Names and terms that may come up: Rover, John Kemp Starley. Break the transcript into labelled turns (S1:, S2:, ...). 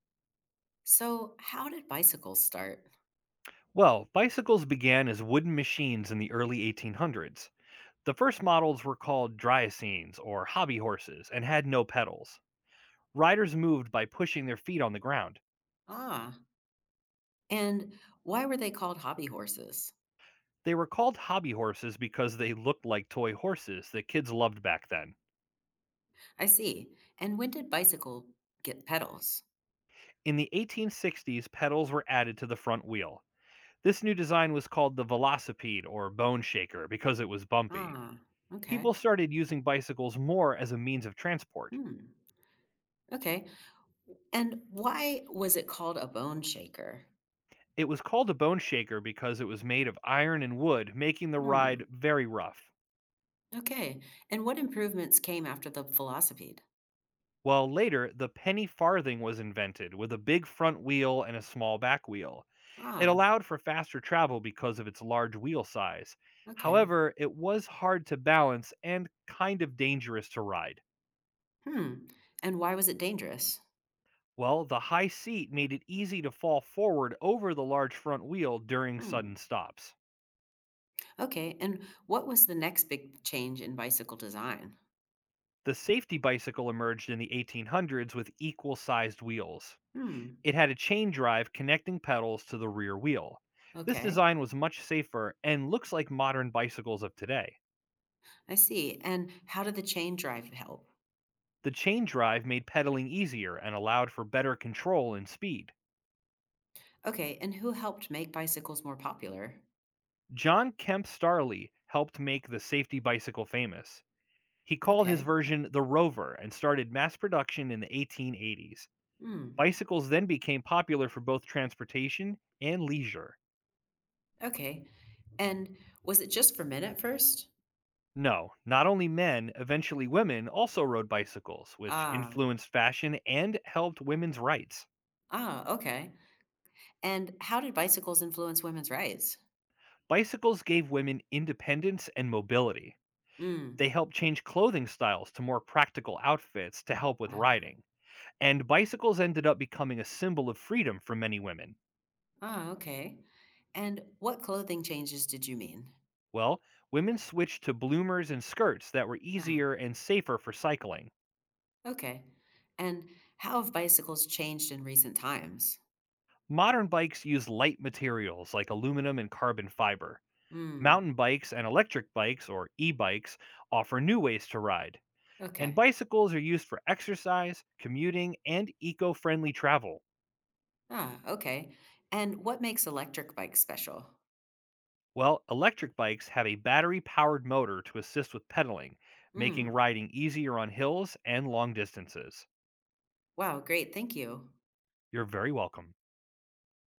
S1: So, how did bicycles start?
S2: Well, bicycles began as wooden machines in the early 1800s. The first models were called dryocenes or hobby horses and had no pedals. Riders moved by pushing their feet on the ground.
S1: Ah, and why were they called hobby horses?
S2: They were called hobby horses because they looked like toy horses that kids loved back then.
S1: I see. And when did bicycle get pedals?
S2: In the 1860s, pedals were added to the front wheel. This new design was called the velocipede or bone shaker because it was bumpy.
S1: Ah, okay.
S2: People started using bicycles more as a means of transport.
S1: Hmm. Okay. And why was it called a bone shaker?
S2: It was called a bone shaker because it was made of iron and wood, making the ride
S1: Hmm.
S2: very rough.
S1: Okay. And what improvements came after the velocipede?
S2: While later, the penny farthing was invented with a big front wheel and a small back wheel. It
S1: Ah,
S2: allowed for faster travel because of its large wheel size.
S1: okay.
S2: However, it was hard to balance and kind of dangerous to ride.
S1: Hmm. And why was it dangerous?
S2: Well, the high seat made it easy to fall forward over the large front wheel during
S1: Hmm.
S2: sudden stops.
S1: Okay. And what was the next big change in bicycle design?
S2: The safety bicycle emerged in the 1800s with equal sized wheels.
S1: Hmm.
S2: It had a chain drive connecting pedals to the rear wheel. This
S1: Okay.
S2: design was much safer and looks like modern bicycles of today.
S1: I see. And how did the chain drive help?
S2: The chain drive made pedaling easier and allowed for better control and speed.
S1: Okay. And who helped make bicycles more popular?
S2: John Kemp Starley helped make the safety bicycle famous. He called his
S1: Okay.
S2: version the Rover and started mass production in the 1880s.
S1: Hmm.
S2: Bicycles then became popular for both transportation and leisure.
S1: Okay. And was it just for men at first?
S2: No, not only men, eventually women also rode bicycles, which
S1: Ah.
S2: influenced fashion and helped women's rights.
S1: Ah. Okay. And how did bicycles influence women's rights?
S2: Bicycles gave women independence and mobility.
S1: Hmm.
S2: They helped change clothing styles to more practical outfits to help with
S1: Ah.
S2: riding. And bicycles ended up becoming a symbol of freedom for many women.
S1: Ah. Okay. And what clothing changes did you mean?
S2: Well, women switched to bloomers and skirts that were
S1: Ah.
S2: easier and safer for cycling.
S1: Okay. And how have bicycles changed in recent times?
S2: Modern bikes use light materials like aluminum and carbon fiber.
S1: Hmm.
S2: Mountain bikes and electric bikes, or e bikes, offer new ways to ride. And
S1: Okay.
S2: bicycles are used for exercise, commuting, and eco friendly travel.
S1: Ah. Okay. And what makes electric bikes special?
S2: Well, electric bikes have a battery powered motor to assist with pedaling, making
S1: Mm.
S2: riding easier on hills and long distances.
S1: Wow, great. Thank you.
S2: You're very welcome.